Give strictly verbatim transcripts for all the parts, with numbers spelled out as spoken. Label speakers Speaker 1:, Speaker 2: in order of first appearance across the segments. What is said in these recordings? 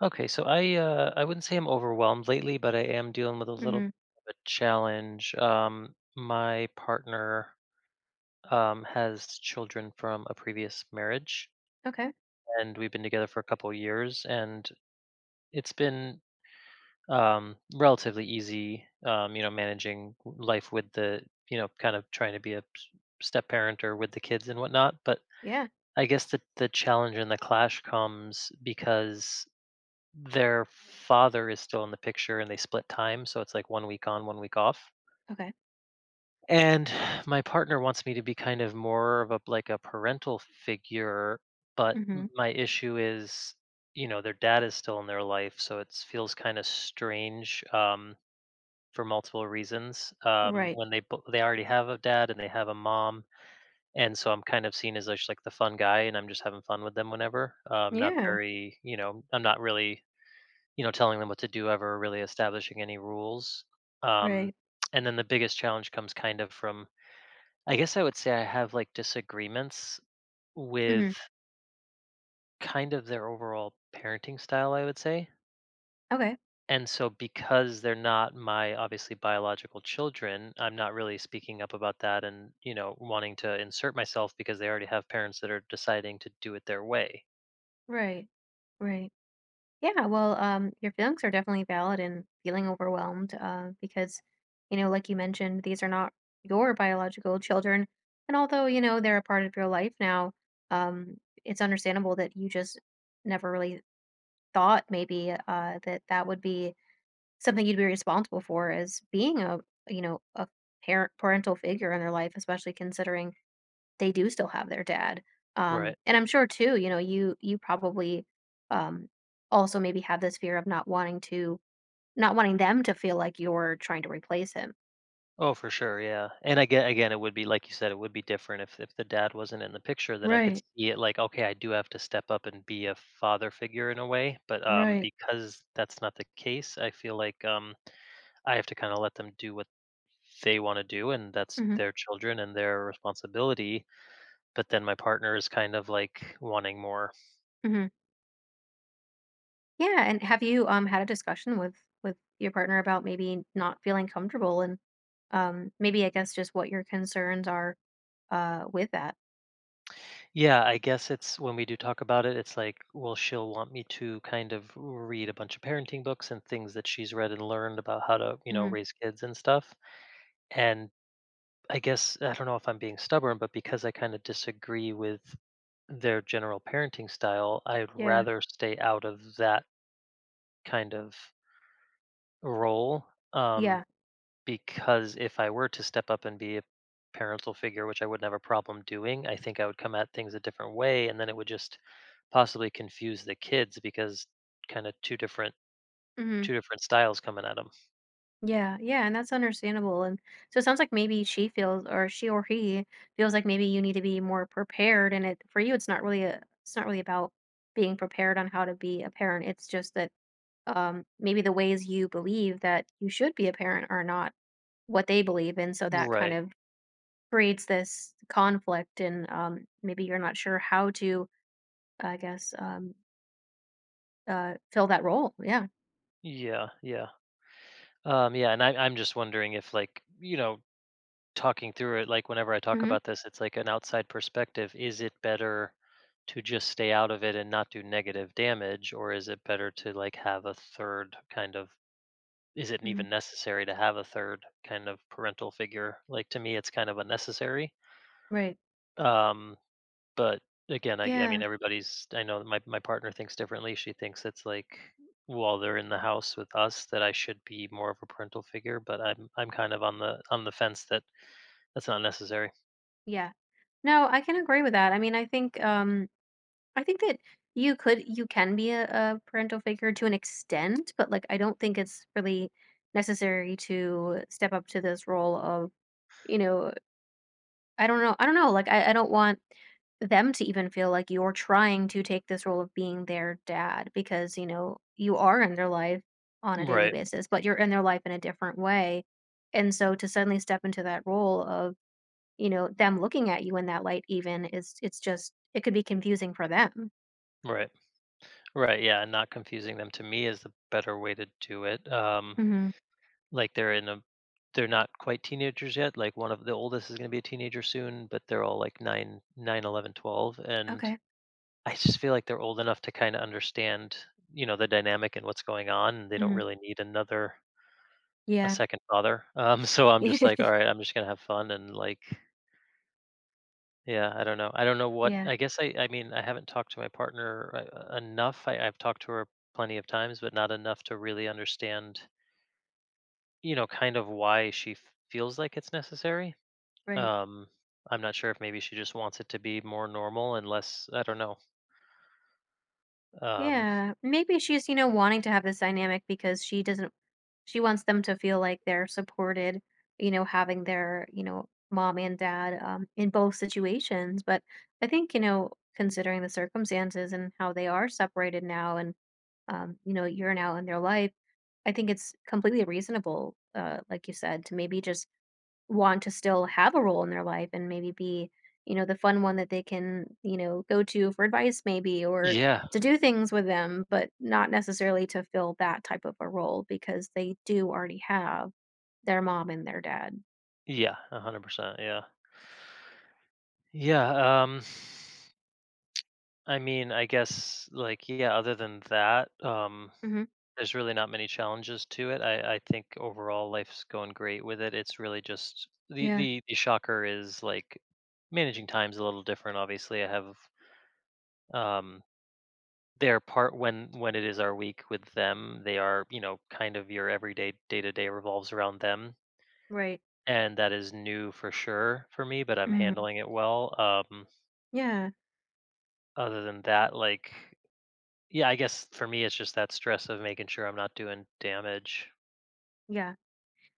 Speaker 1: Okay, so I uh, I wouldn't say I'm overwhelmed lately, but I am dealing with a little bit
Speaker 2: Mhm.
Speaker 1: of a challenge. Um, my partner um, has children from a previous marriage,
Speaker 2: Okay.
Speaker 1: and we've been together for a couple years, and it's been um, relatively easy, um, you know, managing life with the, you know, kind of trying to be a s- step parent or with the kids and whatnot. But
Speaker 2: Yeah.
Speaker 1: I guess the the challenge and the clash comes because their father is still in the picture and they split time, so it's like one week on, one week off.
Speaker 2: Okay.
Speaker 1: And my partner wants me to be kind of more of a, like, a parental figure, but m-
Speaker 2: Mhm.
Speaker 1: my issue is, you know their dad is still in their life, so it feels kind of strange. Um, for multiple reasons, um,
Speaker 2: Right.
Speaker 1: when they bo- they already have a dad and they have a mom. And so I'm kind of seen as just like the fun guy, and I'm just having fun with them whenever. Um, not
Speaker 2: Yeah.
Speaker 1: very, you know I'm not really, you know, telling them what to do ever, really establishing any rules. Um,
Speaker 2: Right.
Speaker 1: and then the biggest challenge comes kind of from, I guess I would say I have like disagreements with
Speaker 2: Mhm.
Speaker 1: kind of their overall parenting style, I would say.
Speaker 2: Okay.
Speaker 1: And so because they're not, my obviously biological children, I'm not really speaking up about that and, you know, wanting to insert myself because they already have parents that are deciding to do it their way.
Speaker 2: Right. Right. Yeah. Well, um, your feelings are definitely valid and feeling overwhelmed, uh, because, you know, like you mentioned, these are not your biological children, and although you know they're a part of your life now, um, it's understandable that you just never really thought maybe uh, that that would be something you'd be responsible for as being a, you know, a parent parental figure in their life, especially considering they do still have their dad. Um,
Speaker 1: Right.
Speaker 2: and I'm sure too, you know, you you probably um also maybe have this fear of not wanting to not wanting them to feel like you're trying to replace him.
Speaker 1: Oh, for sure, yeah, and again, again, it would be like you said. It would be different if if the dad wasn't in the picture. Then I could
Speaker 2: Right,
Speaker 1: see it like, "Okay, I do have to step up and be a father figure in a way," but, um,
Speaker 2: right.
Speaker 1: because that's not the case, I feel like, um, I have to kinda let them do what they wanna do, and that's
Speaker 2: hmm
Speaker 1: their children and their responsibility, but then my partner is kind of, like, wanting more.
Speaker 2: hmm Yeah, and have you um had a discussion with with your partner about maybe not feeling comfortable and um maybe I guess just what your concerns are uh with that?
Speaker 1: Yeah, I guess it's when we do talk about it, it's like, well, she'll want me to kind of read a bunch of parenting books and things that she's read and learned about how to, you know,
Speaker 2: Hmm.
Speaker 1: raise kids and stuff. And I guess I don't know if I'm being stubborn, but because I kind of disagree with their general parenting style, I'd
Speaker 2: Yeah.
Speaker 1: rather stay out of that kind of role. Um,
Speaker 2: Yeah.
Speaker 1: Because if I were to step up and be a parental figure, which I wouldn't have a problem doing, I think I would come at things a different way, and then it would just possibly confuse the kids because kind of two different
Speaker 2: Mhm.
Speaker 1: two different styles coming at them.
Speaker 2: Yeah, yeah, and that's understandable, and so it sounds like maybe she feels or she or he feels like maybe you need to be more prepared, and it for you, it's not really a it's not really about being prepared on how to be a parent, it's just that, um, maybe the ways you believe that you should be a parent are not what they believe in, so that kind
Speaker 1: Right.
Speaker 2: of creates this conflict, and, um, maybe you're not sure how to, I guess, um, uh, fill that role. Yeah.
Speaker 1: Yeah. Yeah. Um, yeah. And I, I'm just wondering if, like, you know, talking through it, like, whenever I talk
Speaker 2: Mhm,
Speaker 1: about this, it's like an outside perspective. Is it better to just stay out of it and not do negative damage, or is it better to like have a third kind of— is it even
Speaker 2: mhm.
Speaker 1: necessary to have a third kind of parental figure? Like, to me, it's kind of unnecessary.
Speaker 2: Right.
Speaker 1: Um, but again, I, I
Speaker 2: Yeah.
Speaker 1: mean, everybody's. I know that my my partner thinks differently. She thinks it's like while they're in the house with us that I should be more of a parental figure. But I'm I'm kind of on the on the fence that that's not necessary.
Speaker 2: Yeah. No, I can agree with that. I mean, I think um I think that you could you can be a, a parental figure to an extent, but like I don't think it's really necessary to step up to this role of, you know, I don't know. I don't know. Like I, I don't want them to even feel like you're trying to take this role of being their dad because, you know, you are in their life on a daily
Speaker 1: Right,
Speaker 2: basis, but you're in their life in a different way. And so to suddenly step into that role of you know, them looking at you in that light even is it's just it could be confusing for them.
Speaker 1: right, right. Yeah, and not confusing them to me is the better way to do it. Um,
Speaker 2: Mhm.
Speaker 1: Like, they're in a— they're not quite teenagers yet. Like, one of the oldest is gonna be a teenager soon, but they're all, like, nine, nine, eleven, twelve, and
Speaker 2: Okay.
Speaker 1: I just feel like they're old enough to kinda understand, you know, the dynamic and what's going on, and they don't
Speaker 2: Mhm.
Speaker 1: really need another— a
Speaker 2: Yeah.
Speaker 1: second father. Um, so I'm just like, "Alright, I'm just gonna have fun," and, like, yeah, I don't know. I don't know what—
Speaker 2: Yeah.
Speaker 1: I guess I I mean, I haven't talked to my partner, uh, enough. I I've talked to her plenty of times, but not enough to really understand, you know, kind of why she f- feels like it's necessary.
Speaker 2: Right.
Speaker 1: Um, I'm not sure if maybe she just wants it to be more normal and less, I don't know. Um,
Speaker 2: Yeah. Maybe she's, you know, wanting to have this dynamic because she doesn't she wants them to feel like they're supported, you know, having their, you know, mom and dad um in both situations. But I think, you know, considering the circumstances and how they are separated now and um, you know, you're now in their life, I think it's completely reasonable, uh, like you said, to maybe just want to still have a role in their life and maybe be you know the fun one that they can you know go to for advice maybe or
Speaker 1: yeah.
Speaker 2: to do things with them but not necessarily to fill that type of a role because they do already have their mom and their dad.
Speaker 1: Yeah, one hundred percent. Yeah. Yeah, um I mean, I guess like yeah, other than that, um
Speaker 2: Hmm.
Speaker 1: there's really not many challenges to it. I I think overall life's going great with it. It's really just the
Speaker 2: Yeah.
Speaker 1: the the shocker is like managing time's a little different, obviously. I have, um they're part— when when it is our week with them, they are, you know, kind of your everyday day-to-day revolves around them,
Speaker 2: Right.
Speaker 1: and that is new for sure for me, but I'm
Speaker 2: Hmm.
Speaker 1: handling it well. Um,
Speaker 2: Yeah.
Speaker 1: other than that, like, yeah, I guess for me it's just that stress of making sure I'm not doing damage.
Speaker 2: Yeah.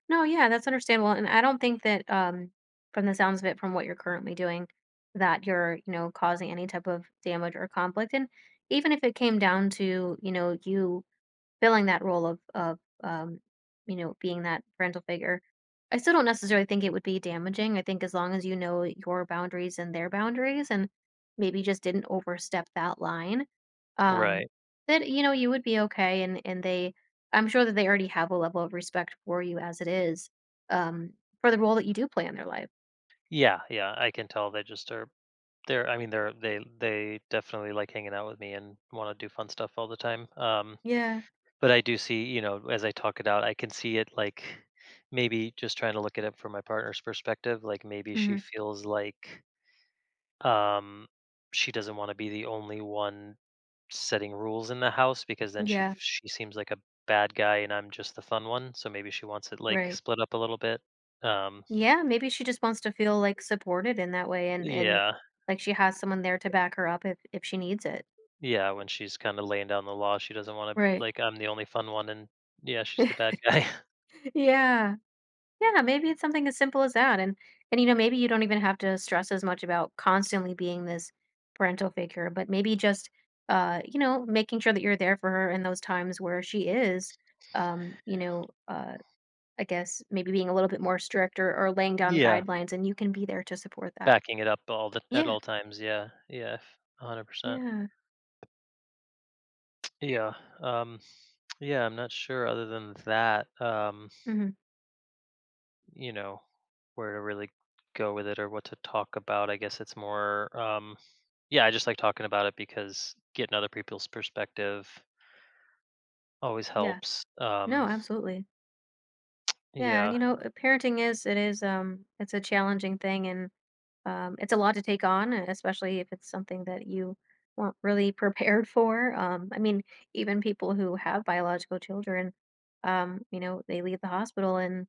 Speaker 2: No, yeah, that's understandable and I don't think that um from the sounds of it, from what you're currently doing, that you're you know causing any type of damage or conflict, and even if it came down to you know you filling that role of of, um, you know, being that parental figure. I still don't necessarily think it would be damaging. I think as long as you know your boundaries and their boundaries and maybe just didn't overstep that line, um,
Speaker 1: Right.
Speaker 2: that, you know, you would be okay and and they I'm sure that they already have a level of respect for you as it is, um, for the role that you do play in their life.
Speaker 1: Yeah, yeah, I can tell they just are— they're— I mean, they're they they definitely like hanging out with me and wanna do fun stuff all the time. Um
Speaker 2: Yeah.
Speaker 1: But I do see, you know, as I talk it out, I can see it like maybe just trying to look at it from my partner's perspective, like maybe she
Speaker 2: Mhm.
Speaker 1: feels like um she doesn't want to be the only one setting rules in the house, because then she
Speaker 2: Yeah.
Speaker 1: f- she seems like a bad guy and I'm just the fun one, so maybe she wants it like
Speaker 2: Right.
Speaker 1: split up a little bit. Um
Speaker 2: Yeah, maybe she just wants to feel, like, supported in that way and and,
Speaker 1: yeah.
Speaker 2: like, she has someone there to back her up if if she needs it.
Speaker 1: Yeah, when she's kind of laying down the law, she doesn't want to—
Speaker 2: Right.
Speaker 1: like, I'm the only fun one and yeah, she's the bad guy.
Speaker 2: Yeah. Yeah, maybe it's something as simple as that, and and, you know, maybe you don't even have to stress as much about constantly being this parental figure, but maybe just, uh, you know, making sure that you're there for her in those times where she is, um, you know, uh, I guess maybe being a little bit more strict or or laying down
Speaker 1: Yeah.
Speaker 2: guidelines, and you can be there to support that.
Speaker 1: Backing it up all the— at
Speaker 2: Yeah.
Speaker 1: all times, yeah, yeah, f— one hundred percent.
Speaker 2: Yeah.
Speaker 1: Yeah, um, yeah, I'm not sure other than that, um,
Speaker 2: Mhm.
Speaker 1: you know, where to really go with it or what to talk about. I guess it's more, um yeah, I just like talking about it because getting other people's perspective always
Speaker 2: Yeah.
Speaker 1: helps.
Speaker 2: No,
Speaker 1: um
Speaker 2: absolutely. Yeah, and
Speaker 1: yeah,
Speaker 2: you know, uh, parenting is it is um it's a challenging thing and um it's a lot to take on, uh, especially if it's something that you weren't really prepared for. Um I mean, even people who have biological children, um, you know, they leave the hospital and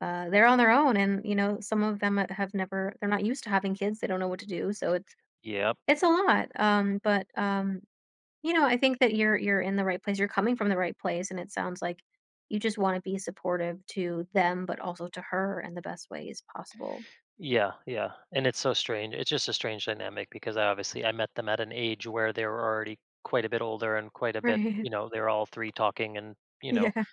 Speaker 2: uh they're on their own and you know, some of them ha- have never they're not used to having kids, they don't know what to do, so it's
Speaker 1: yeah,
Speaker 2: it's a lot. Um but um you know, I think that you're you're in the right place, you're coming from the right place, and it sounds like you just wanna be supportive to them, but also to her in the best ways possible.
Speaker 1: yeah, yeah, and it's so strange. It's just a strange dynamic because I obviously I met them at an age where they were already quite a bit older and quite a bit,
Speaker 2: Right.
Speaker 1: you know, they were all three talking and, you know,
Speaker 2: Yeah.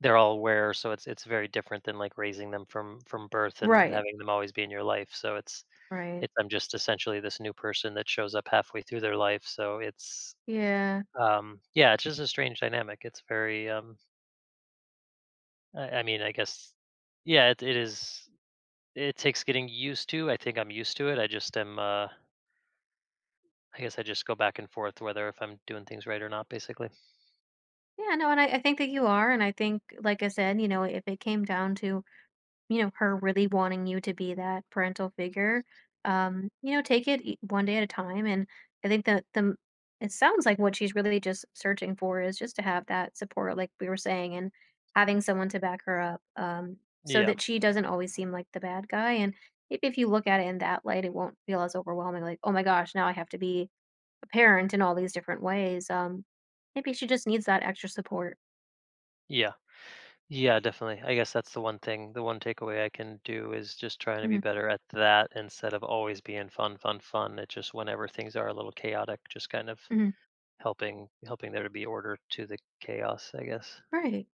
Speaker 1: they're all aware. So it's— it's very different than, like, raising them from from birth and
Speaker 2: Right,
Speaker 1: having them always be in your life. So it's—
Speaker 2: right.
Speaker 1: it's I'm just essentially this new person that shows up halfway through their life. So it's,
Speaker 2: Yeah.
Speaker 1: um yeah, it's just a strange dynamic. It's very, um I I mean, I guess yeah, it it is it takes getting used to. I think I'm used to it. I just am, uh I guess I just go back and forth whether if I'm doing things right or not, basically.
Speaker 2: Yeah, no, and I I think that you are, and I think, like I said, you know, if it came down to you know, her really wanting you to be that parental figure, um, you know, take it e- one day at a time. And I think that the m- it sounds like what she's really just searching for is just to have that support, like we were saying, and having someone to back her up, um, so
Speaker 1: Yeah,
Speaker 2: that she doesn't always seem like the bad guy. And maybe if you look at it in that light, it won't feel as overwhelming. Like, oh my gosh, now I have to be a parent in all these different ways. Um, maybe she just needs that extra support.
Speaker 1: yeah. Yeah, definitely. I guess that's the one thing, the one takeaway I can do is just trying to be
Speaker 2: Hmm.
Speaker 1: better at that instead of always being fun, fun, fun. It just— whenever things are a little chaotic, just kind of helping helping there to be order to the chaos, I guess.
Speaker 2: Right.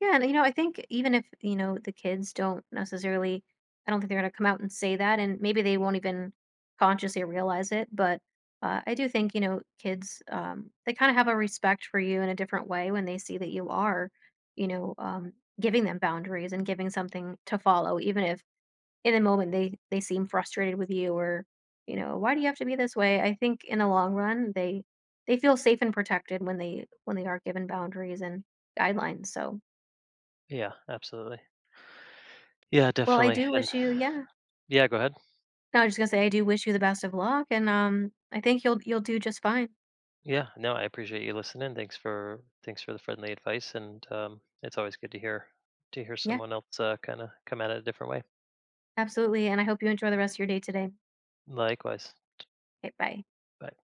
Speaker 2: Yeah, and you know, I think even if, you know, the kids don't necessarily I don't think they're gonna come out and say that and maybe they won't even consciously realize it, but uh, I do think, you know, kids um they kind of have a respect for you in a different way when they see that you are, you know, um giving them boundaries and giving something to follow, even if in the moment they they seem frustrated with you or you know why do you have to be this way, I think in the long run they they feel safe and protected when they when they are given boundaries and guidelines, so
Speaker 1: Yeah, absolutely. Yeah,
Speaker 2: well I
Speaker 1: definitely.
Speaker 2: do
Speaker 1: And
Speaker 2: wish you yeah
Speaker 1: yeah, go ahead.
Speaker 2: no, I was just gonna say I do wish you the best of luck and um I think you'll you'll do just fine.
Speaker 1: Yeah, no, I appreciate you listening. Thanks for— thanks for the friendly advice, and um, it's always good to hear to hear
Speaker 2: Yeah,
Speaker 1: someone else uh, kind of come at it a different way.
Speaker 2: absolutely, and I hope you enjoy the rest of your day today.
Speaker 1: Likewise.
Speaker 2: Okay, bye.
Speaker 1: Bye.